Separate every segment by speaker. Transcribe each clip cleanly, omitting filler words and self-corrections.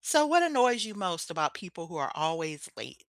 Speaker 1: So what annoys you most about people who are always late?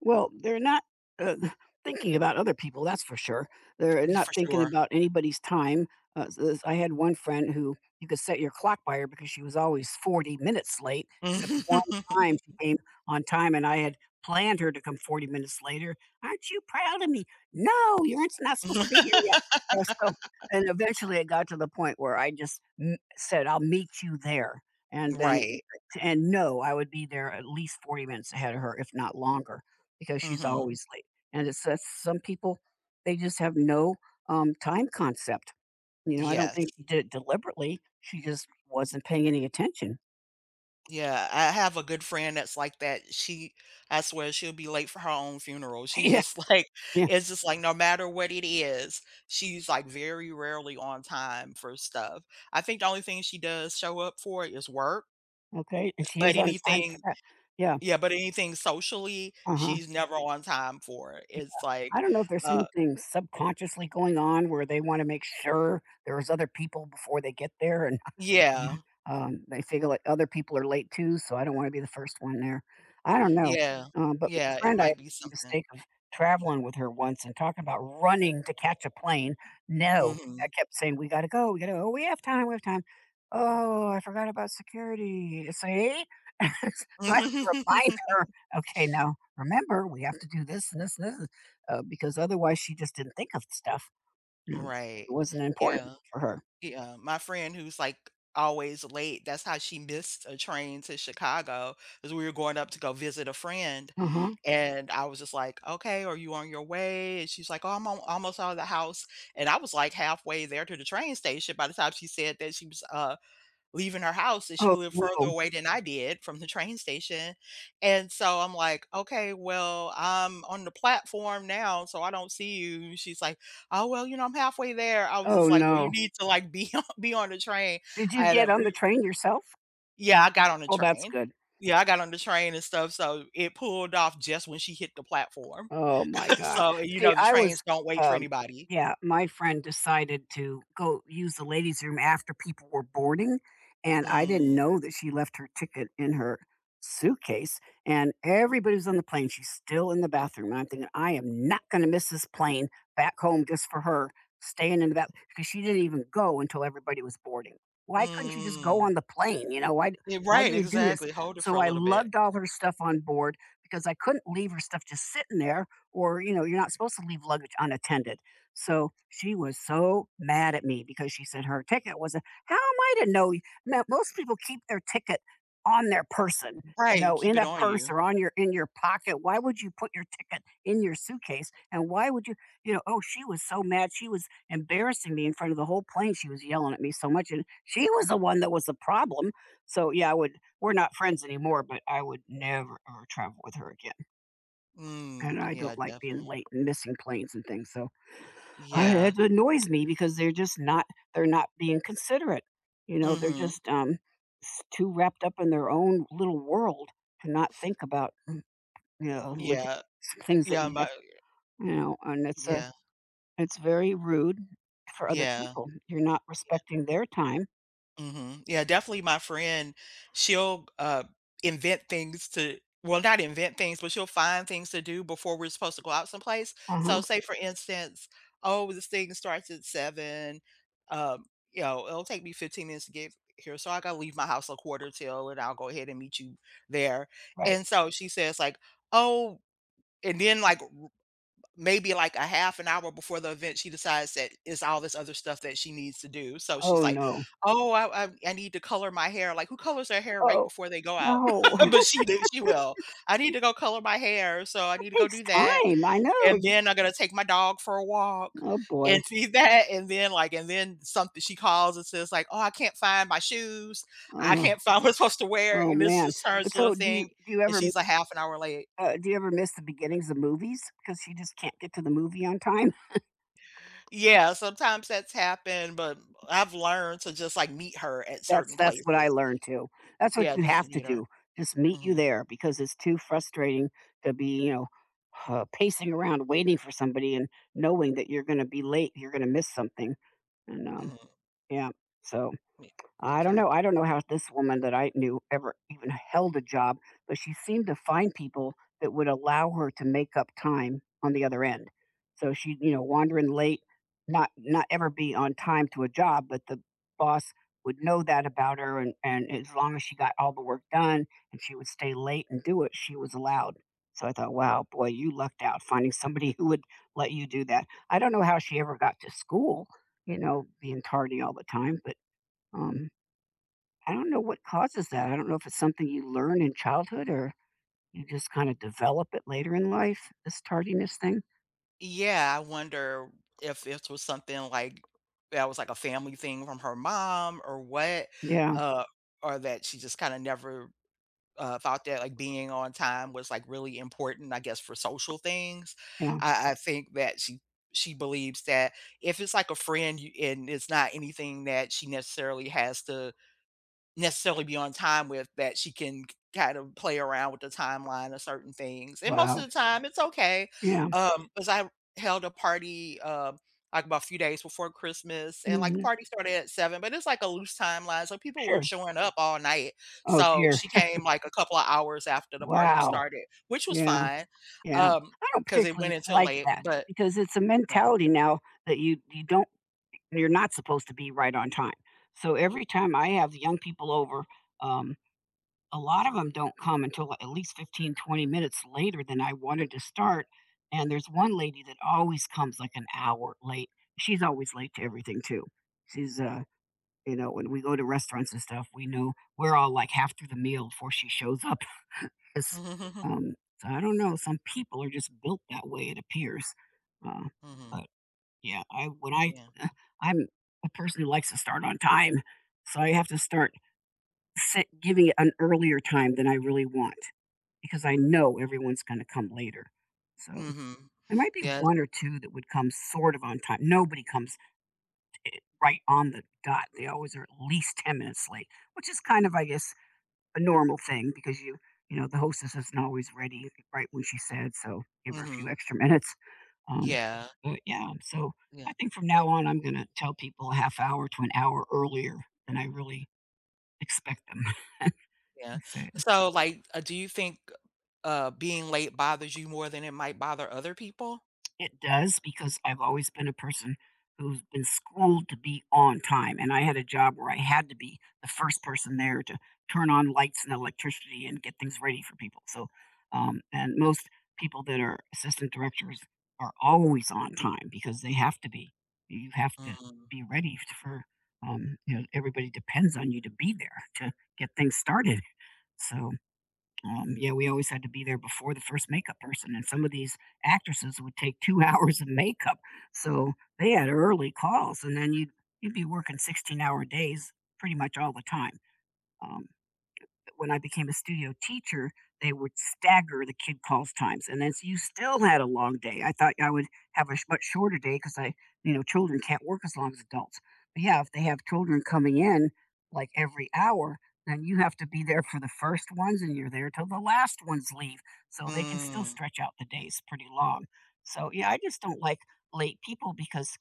Speaker 2: Well, they're not, uh, thinking about other people, that's for sure. They're
Speaker 1: Me
Speaker 2: not
Speaker 1: for
Speaker 2: thinking
Speaker 1: sure.
Speaker 2: about anybody's time. S s I had one friend who you could set your clock by her because she was always 40 minutes late, except one time
Speaker 1: Mhm.
Speaker 2: she came on time, and I had planned her to come 40 minutes later. "Aren't you proud of me?" "No, you're it's not supposed to be here yet." Uh, so and eventually it got to the point where I just m said, "I'll meet you there," and then
Speaker 1: Right.
Speaker 2: and no, I would be there at least 40 minutes ahead of her, if not longer because she's
Speaker 1: Mhm.
Speaker 2: always late. And it's that's some people, they just have no, time concept. You know, I don't
Speaker 1: Yes.
Speaker 2: think she did it deliberately. She just wasn't paying any attention.
Speaker 1: Yeah, I have a good friend that's like that. She I swear she'll be late for her own funeral. She's
Speaker 2: Yeah,
Speaker 1: just like
Speaker 2: yeah,
Speaker 1: it's just like no matter what it is, she's like very rarely on time for stuff. I think the only thing she does show up for is work,
Speaker 2: okay, and she
Speaker 1: but
Speaker 2: is on time for that. Yeah,
Speaker 1: anything socially,
Speaker 2: uh-huh.
Speaker 1: she's never on time for it.
Speaker 2: Yeah.
Speaker 1: It's
Speaker 2: I
Speaker 1: like,
Speaker 2: don't know if there's
Speaker 1: uh
Speaker 2: something subconsciously going on where they wanna make sure there's other people before they get there and
Speaker 1: yeah,
Speaker 2: They feel like other people are late too, so I don't wanna be the first one there. I don't know,
Speaker 1: yeah,
Speaker 2: but my
Speaker 1: yeah, it
Speaker 2: friend, I made
Speaker 1: might be
Speaker 2: the
Speaker 1: something.
Speaker 2: mistake of traveling with her once and talking about running to catch a plane. No, I
Speaker 1: Mhm.
Speaker 2: kept saying, "We gotta go, we gotta go. Oh, We have time, we have time." "Oh, I forgot about security." See? So I have to remind her, "Okay, now remember, we have to do this and this and this," because otherwise she just didn't think of stuff. Mm. It
Speaker 1: Right.
Speaker 2: wasn't important
Speaker 1: Yeah,
Speaker 2: for her.
Speaker 1: yeah, my friend who's, like, always late, that's how she missed a train to Chicago. Cause we were going up to go visit a friend,
Speaker 2: Uh-huh.
Speaker 1: and I was just like, "Okay, are you on your way?" And she's like, "Oh, I'm al almost out of the house," and I was, like, halfway there to the train station by the time she said that she was, leaving her house, and she
Speaker 2: Oh,
Speaker 1: lived further
Speaker 2: whoa.
Speaker 1: away than I did from the train station, and so I'm like, "Okay, well, I'm on the platform now, so I don't see you," and she's like, "Oh, well, you know, I'm halfway there." I was just
Speaker 2: Oh,
Speaker 1: like, "Well, you
Speaker 2: no.
Speaker 1: need to, like, be on be on the train."
Speaker 2: Did you
Speaker 1: I had
Speaker 2: get
Speaker 1: a
Speaker 2: on the
Speaker 1: we
Speaker 2: train yourself?
Speaker 1: Yeah, I got on the
Speaker 2: Oh, that's
Speaker 1: train.
Speaker 2: good.
Speaker 1: Yeah, I got on the train and stuff, so it pulled off just when she hit the platform.
Speaker 2: Oh my god.
Speaker 1: So, you
Speaker 2: See,
Speaker 1: know, the
Speaker 2: I was
Speaker 1: trains don't wait for
Speaker 2: um,
Speaker 1: anybody.
Speaker 2: yeah, my friend decided to go use the ladies' room after people were boarding, and I didn't
Speaker 1: Mm,
Speaker 2: know that she left her ticket in her suitcase. And everybody was on the plane. She's still in the bathroom. And I'm thinking, I am not going to miss this plane back home just for her staying in the bathroom because she didn't even go until everybody was boarding. Why couldn't you just go
Speaker 1: mm.
Speaker 2: on the plane? You know,
Speaker 1: Yeah,
Speaker 2: why
Speaker 1: right,
Speaker 2: do you do this?
Speaker 1: exactly, hold it for
Speaker 2: So
Speaker 1: a
Speaker 2: I
Speaker 1: little bit.
Speaker 2: lugged all her stuff on board because I couldn't leave her stuff just sitting there, or, you know, you're not supposed to leave luggage unattended. So she was so mad at me because she said her ticket was a, how am I to know? Now, most people keep their ticket on their person. You
Speaker 1: Right,
Speaker 2: know,
Speaker 1: keep
Speaker 2: in
Speaker 1: it
Speaker 2: a
Speaker 1: on
Speaker 2: purse
Speaker 1: you.
Speaker 2: or on your in your pocket. Why would you put your ticket in your suitcase? And why would you, you know? Oh, she was so mad. She was embarrassing me in front of the whole plane. She was yelling at me so much, and she was the one that was the problem. So yeah, I would we're not friends anymore, but I would never, ever travel with her again, and
Speaker 1: Mm,
Speaker 2: I
Speaker 1: yeah,
Speaker 2: don't like being
Speaker 1: definitely.
Speaker 2: late and missing planes and things, so I
Speaker 1: Yeah.
Speaker 2: it annoys me because they're just not they're not being considerate, you know, they're
Speaker 1: Mhm.
Speaker 2: just, s too wrapped up in their own little world to not think about, you know, logistics,
Speaker 1: Yeah.
Speaker 2: things that
Speaker 1: Yeah,
Speaker 2: you have
Speaker 1: my
Speaker 2: you know, and it's, a
Speaker 1: yeah.
Speaker 2: it's very rude for other
Speaker 1: Yeah.
Speaker 2: people. You're not
Speaker 1: Yeah.
Speaker 2: respecting their time.
Speaker 1: Mhm. Yeah, definitely my friend, she'll, invent things to well, not invent things, but she'll find things to do before we're supposed to go out someplace.
Speaker 2: Uh-huh,
Speaker 1: So say for instance, "Oh, this thing starts at 7, um, you know, it'll take me 15 minutes to get here, so I gotta leave my house a quarter till, and I'll go ahead and meet you there."
Speaker 2: right.
Speaker 1: And so she says like, "Oh" and then, like, maybe like a half an hour before the event, she decides that it's all this other stuff that she needs to do. So she's
Speaker 2: Oh,
Speaker 1: like,
Speaker 2: no.
Speaker 1: "Oh, I need to color my hair." Like, who colors their hair right
Speaker 2: Oh,
Speaker 1: before they go out?
Speaker 2: no.
Speaker 1: But she did. She will. I need to go color my hair, so I
Speaker 2: It
Speaker 1: need to go
Speaker 2: takes
Speaker 1: do that,
Speaker 2: time, I
Speaker 1: and
Speaker 2: know.
Speaker 1: then I'm gonna take my dog for a walk
Speaker 2: Oh,
Speaker 1: and
Speaker 2: boy.
Speaker 1: see that, and then like, and then something she calls and says like, "Oh, I can't find my shoes. I
Speaker 2: Oh,
Speaker 1: can't find what I'm supposed to wear,"
Speaker 2: oh,
Speaker 1: and this
Speaker 2: man.
Speaker 1: just turns
Speaker 2: But
Speaker 1: to a
Speaker 2: so
Speaker 1: thing. And she's a half an hour late.
Speaker 2: do you ever miss the beginnings of movies? Because you just can't get to the movie on time?
Speaker 1: Yeah, sometimes that's happened, but I've learned to just, like, meet her at certain
Speaker 2: That's what I
Speaker 1: places.
Speaker 2: learned too. That's what
Speaker 1: Yeah,
Speaker 2: you
Speaker 1: just
Speaker 2: have to
Speaker 1: meet her.
Speaker 2: do. Just meet you
Speaker 1: Mhm,
Speaker 2: there because it's too frustrating to be, you know, pacing around waiting for somebody and knowing that you're gonna be late, you're gonna miss something, and,
Speaker 1: mhm,
Speaker 2: yeah, so I don't know.
Speaker 1: exactly.
Speaker 2: I don't know how this woman that I knew ever even held a job, but she seemed to find people that would allow her to make up time on the other end. So she you know, wandering late, not ever be on time to a job, but the boss would know that about her and as long as she got all the work done and she would stay late and do it, she was allowed. So I thought, wow, boy, you lucked out finding somebody who would let you do that. I don't know how she ever got to school, you know, being tardy all the time, but um I don't know what causes that. I don't know if it's something you learn in childhood or you just kind of develop it later in life, this
Speaker 1: Y
Speaker 2: tardiness thing.
Speaker 1: Yeah, I wonder if this was something, like, that was, like, a family thing from her mom or what,
Speaker 2: Yeah.
Speaker 1: uh, or that she just kinda never thought that like being on time was like really important, I guess, for social things.
Speaker 2: Yeah.
Speaker 1: I think that she believes that if it's like a and it's not anything that she necessarily has to necessarily be on time with, that she can kind of play around with the timeline of certain things, and most
Speaker 2: Wow.
Speaker 1: of the time, it's okay.
Speaker 2: Yeah.
Speaker 1: Because I held a party, like, about a few days before Christmas, and, like, the
Speaker 2: hmm
Speaker 1: party started at 7, but it's, like, a loose timeline, so people were
Speaker 2: Sure.
Speaker 1: showing up all night,
Speaker 2: Oh,
Speaker 1: so
Speaker 2: dear.
Speaker 1: she came, like, a couple of hours after the party
Speaker 2: Wow.
Speaker 1: started, which was
Speaker 2: Yeah.
Speaker 1: fine,
Speaker 2: Yeah.
Speaker 1: um,
Speaker 2: I don't
Speaker 1: because it
Speaker 2: particularly
Speaker 1: went until
Speaker 2: like
Speaker 1: late,
Speaker 2: that
Speaker 1: but
Speaker 2: because it's a
Speaker 1: yeah.
Speaker 2: mentality now that you don't, you're not supposed to be right on time. So every time I have young people over, um, a lot of them don't come until at least 15, 20 minutes later than I wanted to start. And there's one lady that always comes like an hour late. She's always late to everything too. She's you know, when we go to restaurants and stuff, we know we're all like half through the meal before she shows up. 'Cause,
Speaker 1: Mhm, mhm,
Speaker 2: so I don't know. Some people are just built that way, it appears. Uh,
Speaker 1: mhm,
Speaker 2: but yeah, I when I
Speaker 1: yeah.
Speaker 2: I'm a person who likes to start on time, so I have to start set, giving it an earlier time than I really want because I know everyone's gonna come later. So,
Speaker 1: Mhm.
Speaker 2: there might be
Speaker 1: Yes,
Speaker 2: 1 or 2 that would come sort of on time. Nobody comes right on the dot. They always are at least 10 minutes late, which is kind of, I guess, a normal thing because you know, the hostess isn't always ready right when she said, so give her a few
Speaker 1: mhm.
Speaker 2: extra minutes. Um,
Speaker 1: Yeah,
Speaker 2: but yeah, so I
Speaker 1: yeah.
Speaker 2: think from now on, I'm gonna tell people a half hour to an hour earlier than I really expect them.
Speaker 1: Yeah.
Speaker 2: That's it.
Speaker 1: So, like, do you think, being late bothers you more than it might bother other people?
Speaker 2: It does because I've always been a person who's been schooled to be on time, and I had a job where I had to be the first person there to turn on lights and electricity and get things ready for people. So, and most people that are assistant directors are always on time because they have to be. You have to
Speaker 1: Mm.
Speaker 2: be ready for, you know, everybody depends on you to be there to get things started. So, yeah, we always had to be there before the first makeup person, and some of these actresses would take two hours of makeup, so they had early calls, and then you'd be working 16-hour days pretty much all the time. Um, when I became a studio teacher, they would stagger the kid calls times, and then so you still had a long day. I thought I would have a much shorter day because I, you know, children can't work as long as adults. But yeah, if they have children coming in like every hour, then you have to be there for the first ones, and you're there till the last ones leave, so they can still
Speaker 1: Mm.
Speaker 2: stretch out the days pretty long. So yeah, I just don't like late people because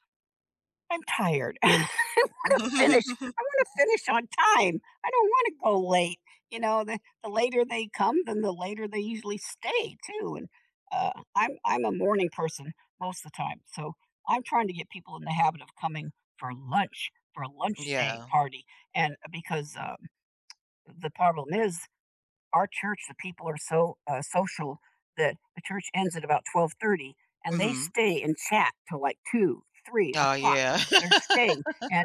Speaker 2: I'm tired. I want to finish. I want to finish on time. I don't want to go late. You know, the later they come, then the later they usually stay too. And I'm a morning person most of the time, so I'm trying to get people in the habit of coming for lunch for a lunch day
Speaker 1: Yeah.
Speaker 2: party. And because the problem is our church, the people are so social that the church ends at about 12:30, and they
Speaker 1: Mhm.
Speaker 2: stay and chat till like two, three
Speaker 1: Oh,
Speaker 2: o'clock.
Speaker 1: yeah.
Speaker 2: They're staying, and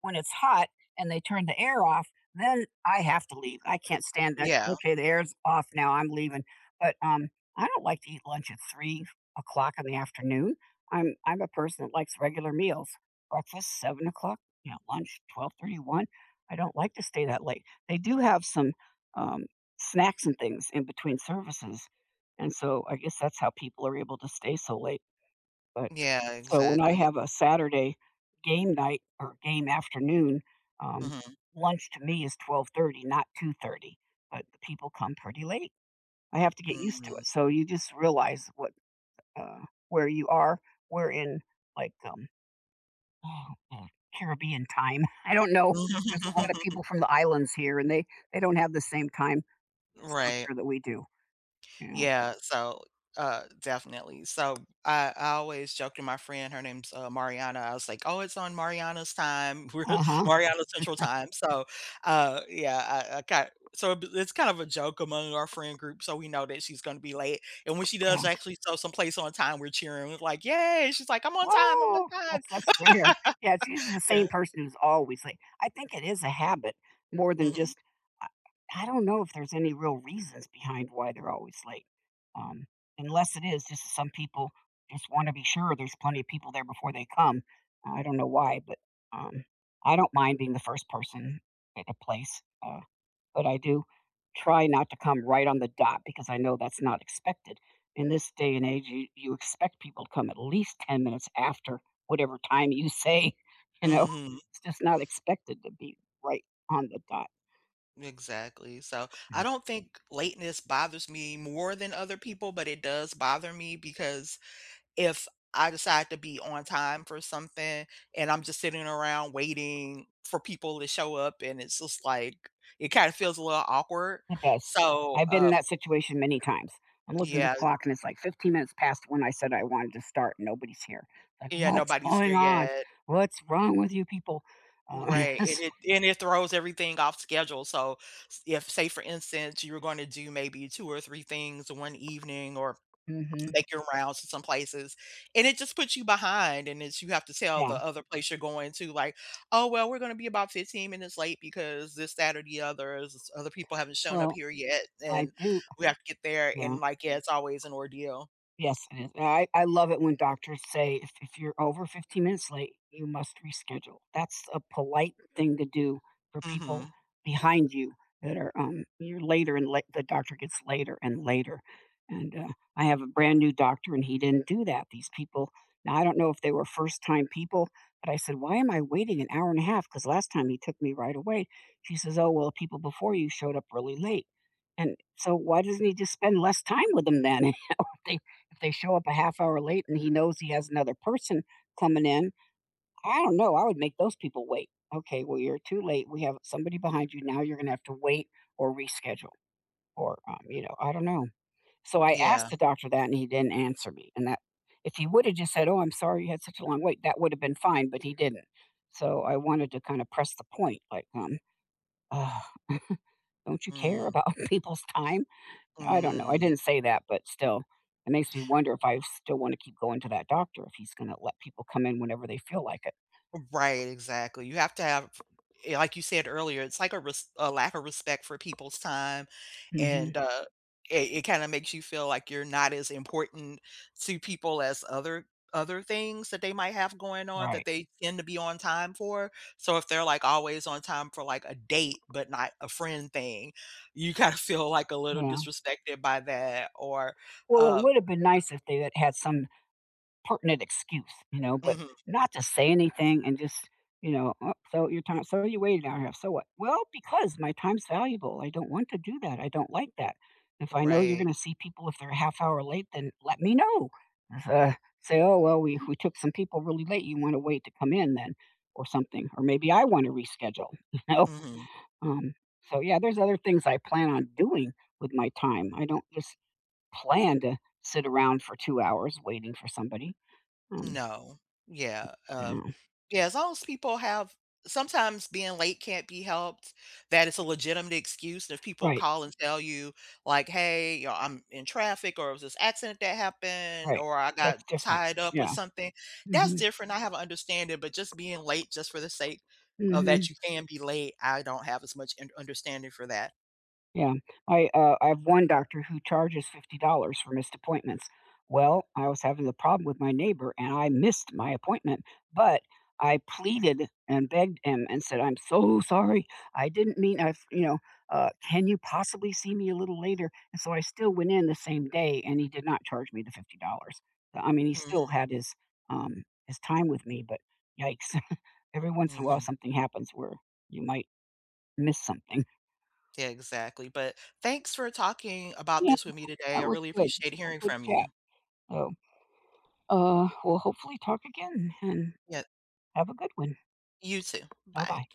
Speaker 2: when it's hot and they turn the air off, then I have to leave. I can't stand that.
Speaker 1: Yeah.
Speaker 2: Okay, the air's off now. I'm leaving. But I don't like to eat lunch at 3 o'clock in the afternoon. I'm a person that likes regular meals. Breakfast 7 o'clock. You know, lunch twelve thirty one. I don't like to stay that late. They do have some um, snacks and things in between services, and so I guess that's how people are able to stay so late. But
Speaker 1: Yeah,
Speaker 2: so when I
Speaker 1: exactly.
Speaker 2: have a Saturday game night or game afternoon, um,
Speaker 1: Mhm.
Speaker 2: lunch to me is 12:30, not 2:30, but the people come pretty late. I have to get used to
Speaker 1: Mm.
Speaker 2: it. So you just realize what where you are. We're in like oh, uh, Caribbean time. I don't know. There's a lot of people from the islands here, and they don't have the same time
Speaker 1: Right.
Speaker 2: structure that we do. Yeah.
Speaker 1: Yeah, so, definitely. So, I always joke to my friend, her name's, Mariana. I was like, "Oh, it's on Mariana's time. We're
Speaker 2: Uh huh.
Speaker 1: Mariana Central Time." So, yeah, I ki so b it's kind of a joke among our friend group, so we know that she's gonna be late, and when she does actually show someplace on time, we're cheering, we're like, "Yay!" She's like, "I'm on time, I'm on
Speaker 2: Oh,
Speaker 1: time."
Speaker 2: that's rare. Yeah, it's usually the
Speaker 1: Yeah.
Speaker 2: same person who's always late. I think it is a habit more than
Speaker 1: Mhm.
Speaker 2: just I, I don't know if there's any real reasons behind why they're always late. Um, Unless it is just some people just want to be sure there's plenty of people there before they come. I don't know why, but um, I don't mind being the first person at a place. But I do try not to come right on the dot because I know that's not expected. In this day and age, you expect people to come at least 10 minutes after whatever time you say, you know,
Speaker 1: Mhm.
Speaker 2: it's just not expected to be right on the dot.
Speaker 1: Exactly. So, I
Speaker 2: Mhm.
Speaker 1: don't think lateness bothers me more than other people, but it does bother me because if I decide to be on time for something and I'm just sitting around waiting for people to show up and it's just like it kind of feels a little awkward.
Speaker 2: It does.
Speaker 1: So,
Speaker 2: I've been in that situation many times. I'm looking at the
Speaker 1: yeah,
Speaker 2: clock and it's like 15 minutes past when I said I wanted to start. And nobody's here. Like,
Speaker 1: yeah,
Speaker 2: what's
Speaker 1: nobody's
Speaker 2: going
Speaker 1: here
Speaker 2: on?
Speaker 1: yet.
Speaker 2: What's wrong with you people? Uh,
Speaker 1: Right. And it throws everything off schedule. So if say for instance you were going to do maybe two or three things one evening or
Speaker 2: hmm
Speaker 1: make your rounds to some places, and it just puts you behind, and it's you have to tell
Speaker 2: Yeah.
Speaker 1: the other place you're going to, like, "Oh, well, we're gonna be about 15 minutes late because this, that, or the other, is other people haven't shown up
Speaker 2: Well,
Speaker 1: here yet,
Speaker 2: I
Speaker 1: and
Speaker 2: do.
Speaker 1: we have to get there,"
Speaker 2: Yeah.
Speaker 1: and, like, yeah, it's always an ordeal.
Speaker 2: Yes, it is. I love it when doctors say if you're over 15 minutes late, you must reschedule. That's a polite thing to do for people
Speaker 1: Mhm.
Speaker 2: behind you that are you're later and late, the doctor gets later and later. And I have a brand new doctor and he didn't do that. These people, now I don't know if they were first time people, but I said, "Why am I waiting an hour and a half? Because last time he took me right away." She says, "Oh well, people before you showed up really late." And so why doesn't he just spend less time with them then? They, if they show up a half hour late and he knows he has another person coming in, I don't know, I would make those people wait. "Okay, well, you're too late. We have somebody behind you now, you're gonna have to wait or reschedule," or, you know, I don't know. So I asked
Speaker 1: Yeah.
Speaker 2: the doctor that, and he didn't answer me, and that if he woulda just said, "Oh, I'm sorry you had such a long wait," that woulda been fine, but he didn't. So I wanted to kinda press the point, like, uh, "Don't you care
Speaker 1: Mm.
Speaker 2: about people's time?" I don't know, I
Speaker 1: Mm.
Speaker 2: didn't say that, but still, it makes me wonder if I still wanna keep going to that doctor if he's gonna let people come in whenever they feel like it.
Speaker 1: Right, exactly. You have to have like you said earlier, it's like a res a lack of respect for people's time,
Speaker 2: Mhm.
Speaker 1: and, it it kinda makes you feel like you're not as important to people as other things that they might have going on that
Speaker 2: Right.
Speaker 1: they tend to be on time for. So, if they're, like, always on time for, like, a date, but not a friend thing, you kinda feel, like, a little
Speaker 2: Yeah.
Speaker 1: disrespected by that or,
Speaker 2: Well, it
Speaker 1: uh
Speaker 2: would have been nice if they had had some pertinent excuse, you know, but
Speaker 1: mhm,
Speaker 2: not to say anything and just, you know, "Oh, so your time, so you waited an hour and a half, so what? Well, because my time's valuable. I don't want to do that. I don't like that. If I know you're going
Speaker 1: right,
Speaker 2: to see people if they're a half hour late, then let me know. Uh, Say, oh, well, we took some people really late. You want to wait to come in then or something. Or maybe I want to reschedule, you know?
Speaker 1: mhm.
Speaker 2: Um, so, yeah, there's other things I plan on doing with my time. I don't just plan to sit around for 2 hours waiting for somebody. Um,
Speaker 1: No. Yeah,
Speaker 2: Mm.
Speaker 1: yeah, as long as people have sometimes being late can't be helped, that is a legitimate excuse, and if people
Speaker 2: Right,
Speaker 1: call and tell you, like, "Hey, you know, I'm in traffic," or, "It was this accident that happened,"
Speaker 2: right.
Speaker 1: or, "I got
Speaker 2: That's different.
Speaker 1: tied up with
Speaker 2: Yeah.
Speaker 1: something," that's
Speaker 2: Mhm,
Speaker 1: different, I have a understanding, but just being late just for the sake of
Speaker 2: mhm.
Speaker 1: that you can be late, I don't have as much an understanding for that.
Speaker 2: Yeah. I have one doctor who charges $50 for missed appointments. Well, I was having a problem with my neighbor, and I missed my appointment, but I pleaded and begged him and said, "I'm so sorry. I didn't mean I've," you know, "Can you possibly see me a little later?" And so I still went in the same day, and he did not charge me the $50. I mean, he
Speaker 1: Mhm,
Speaker 2: still had his time with me, but yikes. Every once in a while,
Speaker 1: mhm.
Speaker 2: something happens where you might miss something.
Speaker 1: Yeah, exactly, but thanks for talking about
Speaker 2: Yeah,
Speaker 1: this with me today,
Speaker 2: that
Speaker 1: I
Speaker 2: was
Speaker 1: really
Speaker 2: good.
Speaker 1: appreciate
Speaker 2: It's a
Speaker 1: hearing
Speaker 2: good
Speaker 1: from
Speaker 2: chat.
Speaker 1: you.
Speaker 2: So, we'll hopefully talk again and
Speaker 1: Yeah.
Speaker 2: have a good one.
Speaker 1: You too.
Speaker 2: Bye
Speaker 1: Bye.
Speaker 2: bye.